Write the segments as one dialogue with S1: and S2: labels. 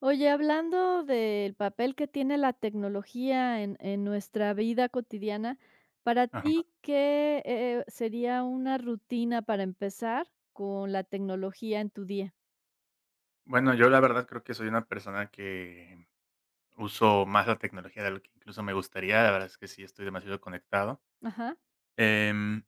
S1: Oye, hablando del papel que tiene la tecnología en nuestra vida cotidiana, para
S2: Ajá.
S1: ti, ¿qué, sería una rutina para empezar con la tecnología en tu día?
S2: Bueno, yo la verdad creo que soy una persona que uso más la tecnología de lo que incluso me gustaría, la verdad es que sí estoy demasiado conectado.
S1: Ajá.
S2: Em,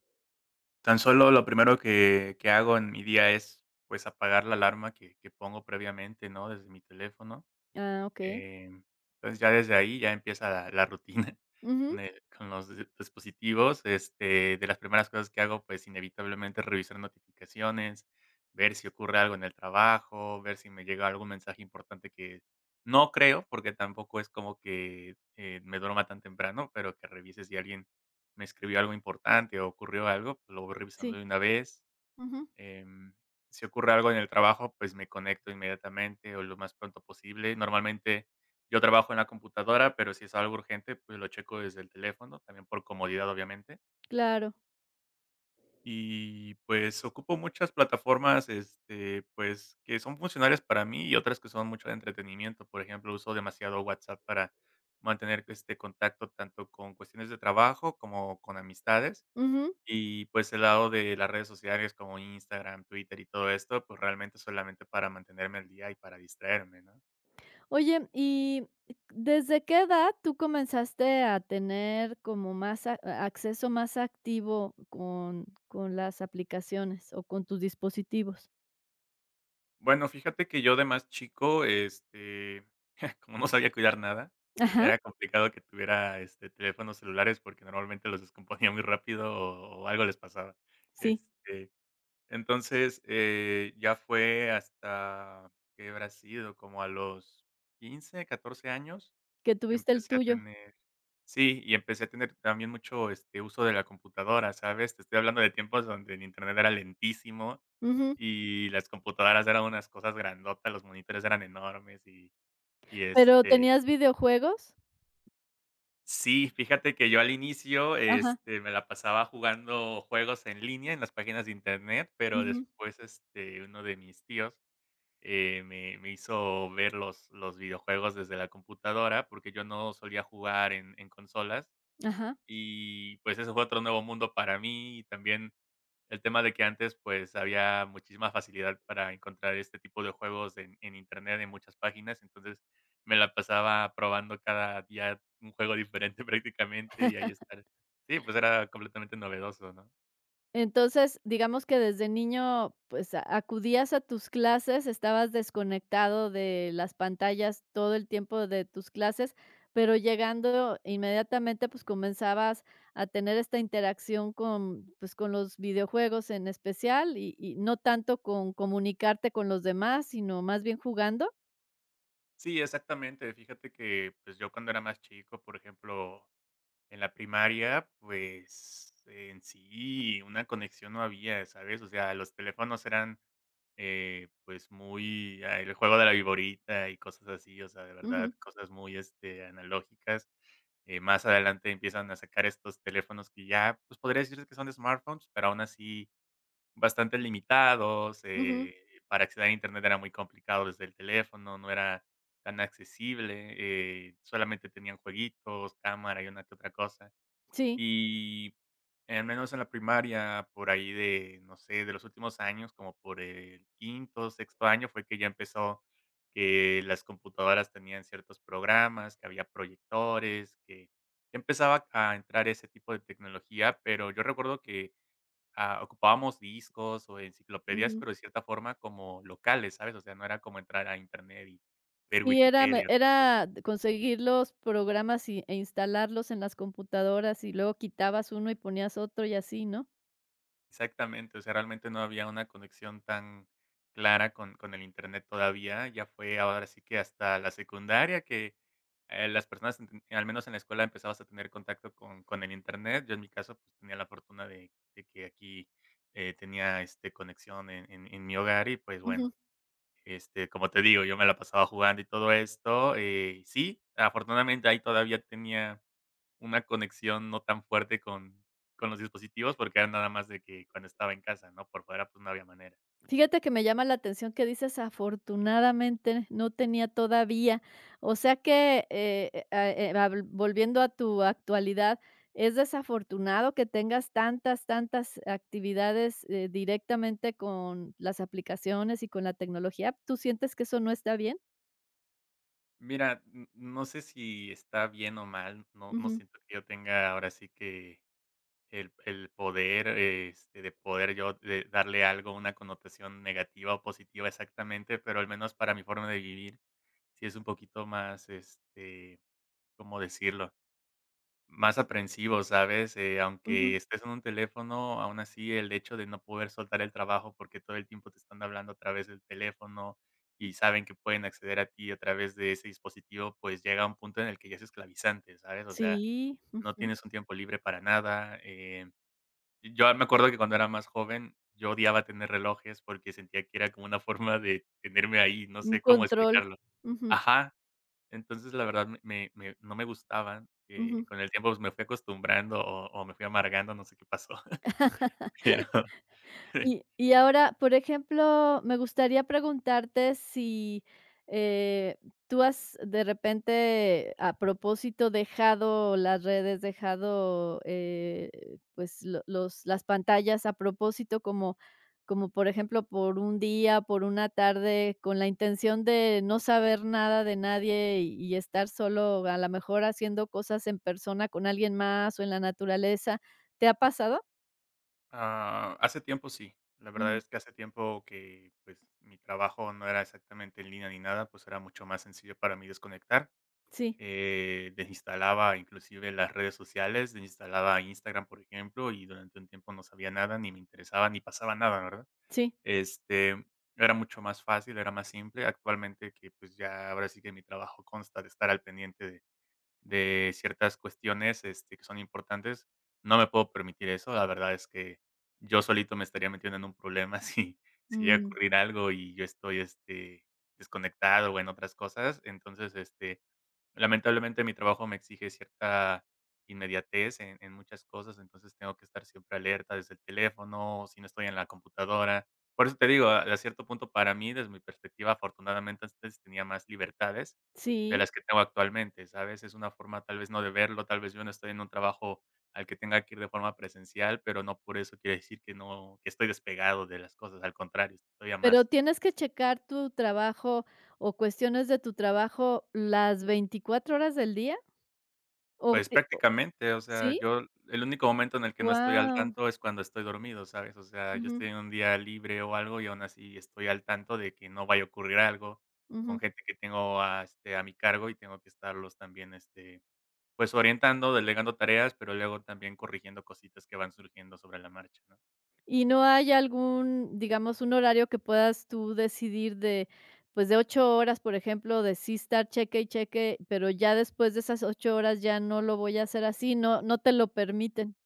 S2: Tan solo lo primero que hago en mi día es, pues, apagar la alarma que pongo previamente, ¿no?, desde mi teléfono.
S1: Ah, okey.
S2: Eh, entonces, ya desde ahí ya empieza la rutina
S1: Ujú.
S2: con el con los di dispositivos, este, de las primeras cosas que hago, pues, inevitablemente revisar notificaciones, ver si ocurre algo en el trabajo, ver si me llega algún mensaje importante que no creo, porque tampoco es como que, me duerma tan temprano, pero que revise si alguien me escribió algo importante o ocurrió algo, pues, lo voy revisando
S1: Sí.
S2: de una vez.
S1: Ujú.
S2: Em, si ocurre algo en el trabajo, pues me conecto inmediatamente o lo más pronto posible. Normalmente yo trabajo en la computadora, pero si es algo urgente, pues lo checo desde el teléfono, también por comodidad, obviamente.
S1: Claro.
S2: Y pues ocupo muchas plataformas, este, pues que son funcionales para mí y otras que son mucho de entretenimiento. Por ejemplo, uso demasiado WhatsApp para mantener este contacto tanto con cuestiones de trabajo como con amistades.
S1: Ujú.
S2: Y, pues, el lado de las redes sociales como Instagram, Twitter y todo esto, pues, realmente solamente para mantenerme al día y para distraerme, ¿no?
S1: Oye, y ¿desde qué edad tú comenzaste a tener como más acceso más activo con las aplicaciones o con tus dispositivos?
S2: Bueno, fíjate que yo de más chico, este, como no sabía cuidar nada,
S1: Ajá.
S2: era complicado que tuviera, este, teléfonos celulares porque normalmente los descomponía muy rápido o algo les pasaba.
S1: Sí.
S2: Este, entonces, ya fue hasta, ¿qué habrá sido? Como a los 15, 14 años,
S1: Que
S2: que
S1: tuviste el
S2: empecé a
S1: tuyo.
S2: tener. Sí, y empecé a tener también mucho, este, uso de la computadora, ¿sabes? Te estoy hablando de tiempos donde el internet era lentísimo
S1: Ujú.
S2: y las computadoras eran unas cosas grandotas, los monitores eran enormes y,
S1: ¿Pero
S2: este,
S1: tenías videojuegos?
S2: sí, fíjate que yo al inicio,
S1: Ajá.
S2: este, me la pasaba jugando juegos en línea en las páginas de internet, pero
S1: Ujú.
S2: después, este, uno de mis tíos, me hizo ver los videojuegos desde la computadora, porque yo no solía jugar en consolas.
S1: Ajá.
S2: Y, pues, eso fue otro nuevo mundo para mí, y también el tema de que antes, pues, había muchísima facilidad para encontrar este tipo de juegos en Internet, en muchas páginas. Entonces, me la pasaba probando cada día un juego diferente prácticamente, y ahí estar. Sí, pues, era completamente novedoso, ¿no?
S1: Entonces, digamos que desde niño, pues, a acudías a tus clases, estabas desconectado de las pantallas todo el tiempo de tus clases, pero llegando inmediatamente, pues, comenzabas a tener esta interacción con, pues, con los videojuegos en especial y no tanto con comunicarte con los demás, sino más bien jugando.
S2: Sí, exactamente. Fíjate que, pues, yo cuando era más chico, por ejemplo, en la primaria, pues, en sí una conexión no había, ¿sabes? O sea, los teléfonos eran. Pues, muy el juego de la viborita y cosas así, o sea, de verdad,
S1: Ujú,
S2: cosas muy, este, analógicas. Más adelante empiezan a sacar estos teléfonos que ya, pues, podría decirse que son smartphones, pero aún así bastante limitados,
S1: ujú,
S2: para acceder a Internet era muy complicado desde el teléfono, no era tan accesible, solamente tenían jueguitos, cámara y una que otra cosa.
S1: sí,
S2: Y al menos en la primaria, por ahí de, no sé, de los últimos años, como por el quinto, sexto año, fue que ya empezó que las computadoras tenían ciertos programas, que había proyectores, que empezaba a entrar ese tipo de tecnología, pero yo recuerdo que ocupábamos discos o enciclopedias,
S1: ujú.
S2: pero de cierta forma como locales, ¿sabes? O sea, no era como entrar a internet y ver
S1: Sí, era me
S2: Wikipedia.
S1: era de conseguir los programas e instalarlos en las computadoras, y luego quitabas uno y ponías otro y así, ¿no?
S2: Exactamente, o sea, realmente no había una conexión tan clara con el Internet todavía, ya fue ahora sí que hasta la secundaria que, las personas, enten al menos en la escuela, empezabas a tener contacto con el Internet. Yo en mi caso, pues, tenía la fortuna de que aquí, tenía, este, conexión en mi hogar y, pues, bueno,
S1: Ujú.
S2: este, como te digo, yo me la pasaba jugando y todo esto, sí, afortunadamente ahí todavía tenía una conexión no tan fuerte con los dispositivos, porque era nada más de que cuando estaba en casa, ¿no? Por fuera, pues, no había manera.
S1: Fíjate que me llama la atención que dices: "Afortunadamente no tenía todavía". O sea que, ah, habl volviendo a tu actualidad, es desafortunado que tengas tantas, tantas actividades, directamente con las aplicaciones y con la tecnología, ¿tú sientes que eso no está bien?
S2: Mira, n no sé si está bien o mal, no no
S1: Ujú.
S2: siento que yo tenga ahora sí que el poder, este, de poder yo de darle algo una connotación negativa o positiva exactamente, pero al menos para mi forma de vivir, sí es un poquito más, este, ¿cómo decirlo? Más aprensivo, ¿sabes? Aunque
S1: Ujú.
S2: estés en un teléfono, aún así el hecho de no poder soltar el trabajo porque todo el tiempo te están hablando a través del teléfono y saben que pueden acceder a ti a través de ese dispositivo, pues llega a un punto en el que ya es esclavizante, ¿sabes? O sea,
S1: Sí,
S2: no
S1: ujú.
S2: tienes un tiempo libre para nada. Yo me acuerdo que cuando era más joven yo odiaba tener relojes porque sentía que era como una forma de tenerme ahí, no
S1: Un
S2: sé cómo
S1: control.
S2: explicarlo.
S1: Ujú,
S2: Ajá, entonces, la verdad, me no me gustaban,
S1: ujú.
S2: con el tiempo, pues, me fui acostumbrando o me fui amargando, no sé qué pasó, pero,
S1: Y ahora, por ejemplo, me gustaría preguntarte si, eh, tú has de repente, a propósito, dejado las redes, dejado, pues, lo los las pantallas a propósito, como, por ejemplo, por un día, por una tarde, con la intención de no saber nada de nadie y estar solo, a lo mejor haciendo cosas en persona con alguien más o en la naturaleza, ¿te ha pasado?
S2: hace tiempo sí. La verdad
S1: Ujú.
S2: es que hace tiempo que, pues, mi trabajo no era exactamente en línea ni nada, pues, era mucho más sencillo para mí desconectar.
S1: Sí,
S2: Desinstalaba inclusive las redes sociales, desinstalaba Instagram, por ejemplo, y durante un tiempo no sabía nada, ni me interesaba, ni pasaba nada, ¿verdad?
S1: sí.
S2: Este, era mucho más fácil, era más simple. Actualmente que, pues, ya ahora sí que mi trabajo consta de estar al pendiente de ciertas cuestiones, este, que son importantes, no me puedo permitir eso. La verdad es que yo solito me estaría metiendo en un problema si si llega a
S1: Mm,
S2: ocurrir algo y yo estoy, este, desconectado o en otras cosas. Entonces, este, lamentablemente, mi trabajo me exige cierta inmediatez en muchas cosas, entonces tengo que estar siempre alerta desde el teléfono, o si no estoy en la computadora. Por eso te digo, a cierto punto, para mí, desde mi perspectiva, afortunadamente, antes tenía más libertades de
S1: sí,
S2: las que tengo actualmente, ¿sabes? Es una forma, tal vez, no de verlo, tal vez yo no estoy en un trabajo al que tenga que ir de forma presencial, pero no por eso quiere decir que no que estoy despegado de las cosas, al contrario, estoy todavía
S1: pero
S2: más.
S1: tienes que checar tu trabajo o cuestiones de tu trabajo, ¿las 24 horas del día? ¿O
S2: Pues
S1: te o
S2: prácticamente, o sea,
S1: sí?
S2: yo el único momento en el que no estoy al
S1: Wow.
S2: tanto es cuando estoy dormido, ¿sabes? O sea, yo estoy en un día libre o algo y aún así estoy al tanto de que no vaya a ocurrir algo con gente que tengo a, este, a mi cargo y tengo que estarlos también, este, pues orientando, delegando tareas, pero luego también corrigiendo cositas que van surgiendo sobre la marcha, ¿no?
S1: ¿Y no hay algún, digamos, un horario que puedas tú decidir de, pues, de 8 horas, por ejemplo, de sí estar cheque y cheque, pero ya después de esas 8 horas ya no lo voy a hacer así, no te lo permiten?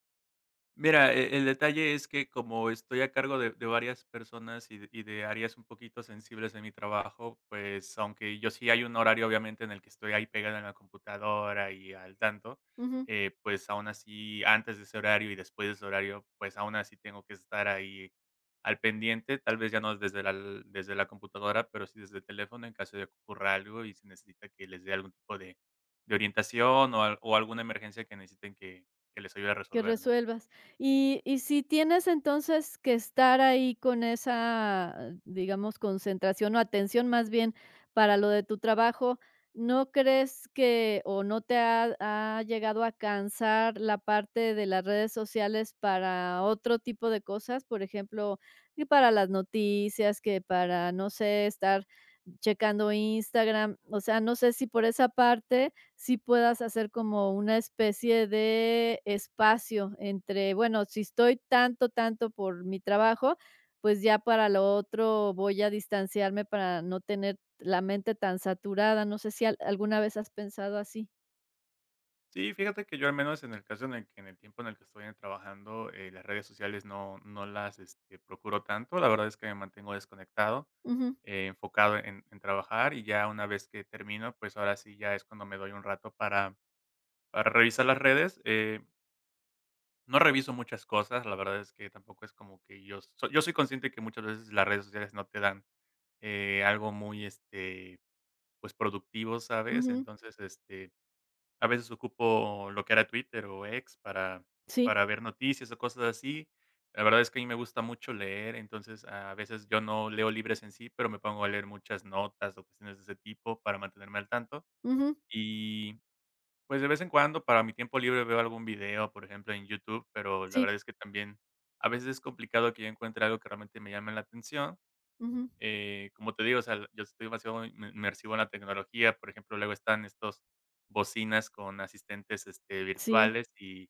S2: Mira, el detalle es que como estoy a cargo de varias personas y de áreas un poquito sensibles de mi trabajo, pues, aunque yo sí hay un horario, obviamente, en el que estoy ahí pegado en la computadora y al tanto, pues, aún así, antes de ese horario y después de ese horario, pues, aún así tengo que estar ahí al pendiente, tal vez ya no desde la desde la computadora, pero sí desde el teléfono en caso de que ocurra algo y se necesita que les dé algún tipo de orientación o al o alguna emergencia que necesiten que les ayude a
S1: Que
S2: resolver, ¿no?
S1: resuelvas. Y si tienes entonces que estar ahí con esa, digamos, concentración o atención más bien para lo de tu trabajo, ¿no crees que o no te ha llegado a cansar la parte de las redes sociales para otro tipo de cosas? Por ejemplo, que para las noticias, que para, no sé, estar checando Instagram. O sea, no sé si por esa parte sí puedas hacer como una especie de espacio entre, bueno, si estoy tanto, tanto por mi trabajo, pues ya para lo otro voy a distanciarme para no tener la mente tan saturada. No sé si alguna vez has pensado así.
S2: Sí, fíjate que yo al menos en el caso en el que en el tiempo en el que estoy trabajando, las redes sociales no, no las este, procuro tanto. La verdad es que me mantengo desconectado,
S1: Ujú,
S2: enfocado en trabajar y ya una vez que termino, pues ahora sí ya es cuando me doy un rato para revisar las redes. No reviso muchas cosas, la verdad es que tampoco es como que yo, yo soy consciente que muchas veces las redes sociales no te dan algo muy, este, pues productivo, ¿sabes?
S1: ujú,
S2: Entonces, este, a veces ocupo lo que era Twitter o X
S1: sí,
S2: para ver noticias o cosas así. La verdad es que a mí me gusta mucho leer, entonces, a veces yo no leo libros en sí, pero me pongo a leer muchas notas o cuestiones de ese tipo para mantenerme al tanto.
S1: ujú,
S2: Y, pues, de vez en cuando, para mi tiempo libre, veo algún video, por ejemplo, en YouTube, pero la
S1: sí,
S2: verdad es que también a veces es complicado que yo encuentre algo que realmente me llame la atención.
S1: ujú,
S2: Como te digo, o sea, yo estoy demasiado inmersivo en la tecnología. Por ejemplo, luego están estos bocinas con asistentes,
S1: sí,
S2: virtuales, y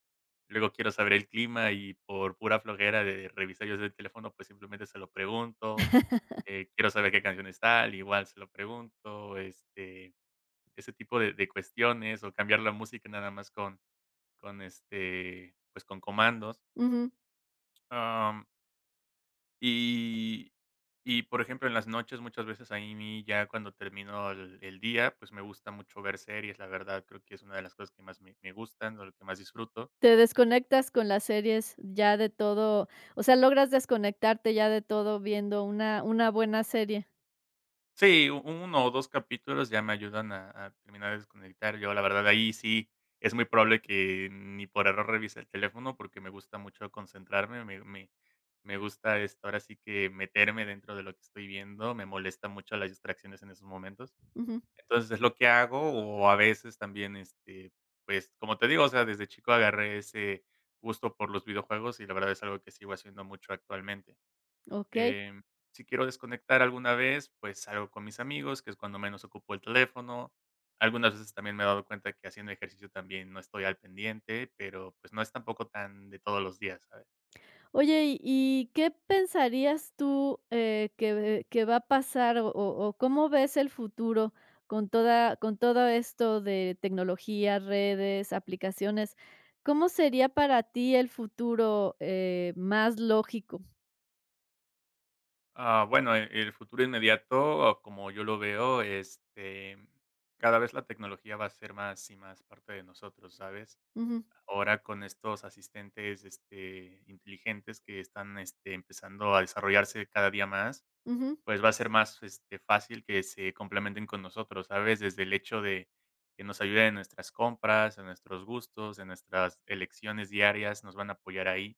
S2: luego quiero saber el clima, y por pura flojera de revisar yo desde el teléfono, pues, simplemente se lo pregunto. Quiero saber qué canción está tal, igual se lo pregunto, ese tipo de cuestiones, o cambiar la música nada más con con comandos.
S1: ujú.
S2: Y y, por ejemplo, en las noches muchas veces a mí, ya cuando termino el día, pues, me gusta mucho ver series, la verdad. Creo que es una de las cosas que más me gustan, o lo que más disfruto.
S1: Te desconectas con las series ya de todo, o sea, logras desconectarte ya de todo viendo una buena serie.
S2: Sí, uno o 2 capítulos ya me ayudan a terminar de desconectar. Yo, la verdad, ahí sí es muy probable que ni por error revise el teléfono, porque me gusta mucho concentrarme. Me gusta, ahora sí, que meterme dentro de lo que estoy viendo. Me molesta mucho las distracciones en esos momentos.
S1: Ujú,
S2: Entonces, es lo que hago. O a veces también, pues, como te digo, o sea, desde chico agarré ese gusto por los videojuegos, y la verdad es algo que sigo haciendo mucho actualmente.
S1: ok.
S2: Em, si quiero desconectar alguna vez, pues, salgo con mis amigos, que es cuando menos ocupo el teléfono. Algunas veces también me he dado cuenta que haciendo ejercicio también no estoy al pendiente, pero, pues, no es tampoco tan de todos los días, ¿sabes?
S1: Oye, ¿y qué pensarías tú, que va a pasar o cómo ves el futuro con todo esto de tecnología, redes, aplicaciones? ¿Cómo sería para ti el futuro, más lógico?
S2: Ah, bueno, el futuro inmediato, como yo lo veo, cada vez la tecnología va a ser más y más parte de nosotros, ¿sabes?
S1: Ujú,
S2: Ahora, con estos asistentes, inteligentes, que están, empezando a desarrollarse cada día más,
S1: ujú,
S2: pues, va a ser más, fácil que se complementen con nosotros, ¿sabes? Desde el hecho de que nos ayuden en nuestras compras, en nuestros gustos, en nuestras elecciones diarias, nos van a apoyar ahí.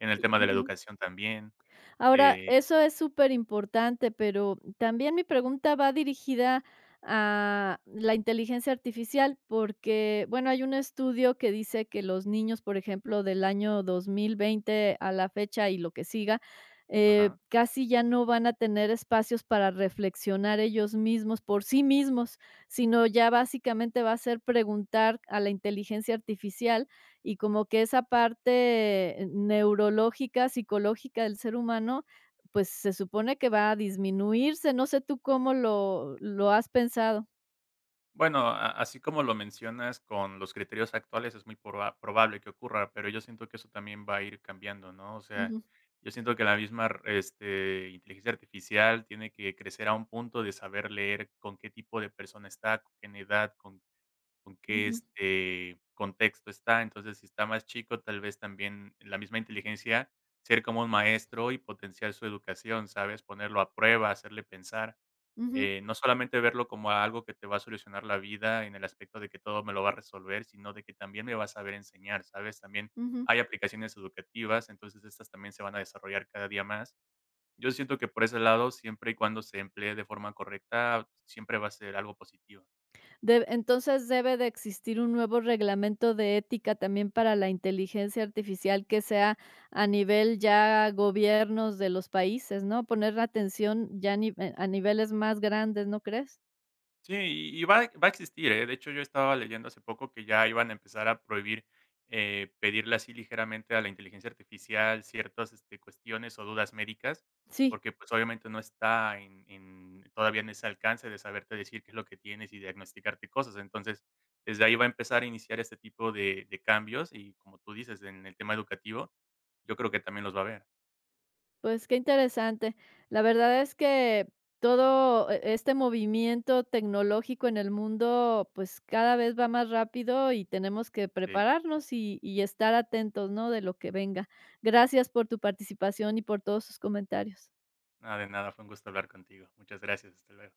S2: En el
S1: y
S2: tema de la
S1: ujú.
S2: educación también,
S1: Ahora,
S2: eh
S1: eso es súper importante, pero también mi pregunta va dirigida a la inteligencia artificial, porque, bueno, hay un estudio que dice que los niños, por ejemplo, del año 2020 a la fecha y lo que siga,
S2: ajá.
S1: casi ya no van a tener espacios para reflexionar ellos mismos por sí mismos, sino ya básicamente va a ser preguntar a la inteligencia artificial y como que esa parte neurológica, psicológica del ser humano, pues, se supone que va a disminuirse, no sé tú cómo lo has pensado.
S2: Bueno, a así como lo mencionas, con los criterios actuales es muy probable que ocurra, pero yo siento que eso también va a ir cambiando, ¿no? O sea,
S1: Ujú,
S2: yo siento que la misma inteligencia artificial tiene que crecer a un punto de saber leer con qué tipo de persona está, con qué edad, con con qué,
S1: ujú,
S2: este, contexto está. Entonces, si está más chico, tal vez también la misma inteligencia ser como un maestro y potenciar su educación, ¿sabes? Ponerlo a prueba, hacerle pensar.
S1: ujú,
S2: No solamente verlo como algo que te va a solucionar la vida en el aspecto de que todo me lo va a resolver, sino de que también me va a saber enseñar, ¿sabes? También
S1: ujú.
S2: hay aplicaciones educativas, entonces estas también se van a desarrollar cada día más. Yo siento que por ese lado, siempre y cuando se emplee de forma correcta, siempre va a ser algo positivo.
S1: Deb entonces, debe de existir un nuevo reglamento de ética también para la inteligencia artificial que sea a nivel ya gobiernos de los países, ¿no? Poner atención ya a niveles más grandes, ¿no crees?
S2: Sí, y va a existir, ¿eh? De hecho, yo estaba leyendo hace poco que ya iban a empezar a prohibir, pedirle así ligeramente a la inteligencia artificial ciertas, cuestiones o dudas médicas,
S1: Sí.
S2: porque, pues, obviamente no está en todavía en ese alcance de saberte decir qué es lo que tienes y diagnosticarte cosas. Entonces, desde ahí va a empezar a iniciar este tipo de cambios y, como tú dices, en el tema educativo, yo creo que también los va a haber.
S1: Pues qué interesante. La verdad es que todo este movimiento tecnológico en el mundo, pues cada vez va más rápido y tenemos que
S2: Sí.
S1: prepararnos y estar atentos, ¿no? De lo que venga. Gracias por tu participación y por todos sus comentarios.
S2: Nada de nada, fue un gusto hablar contigo. Muchas gracias, hasta luego.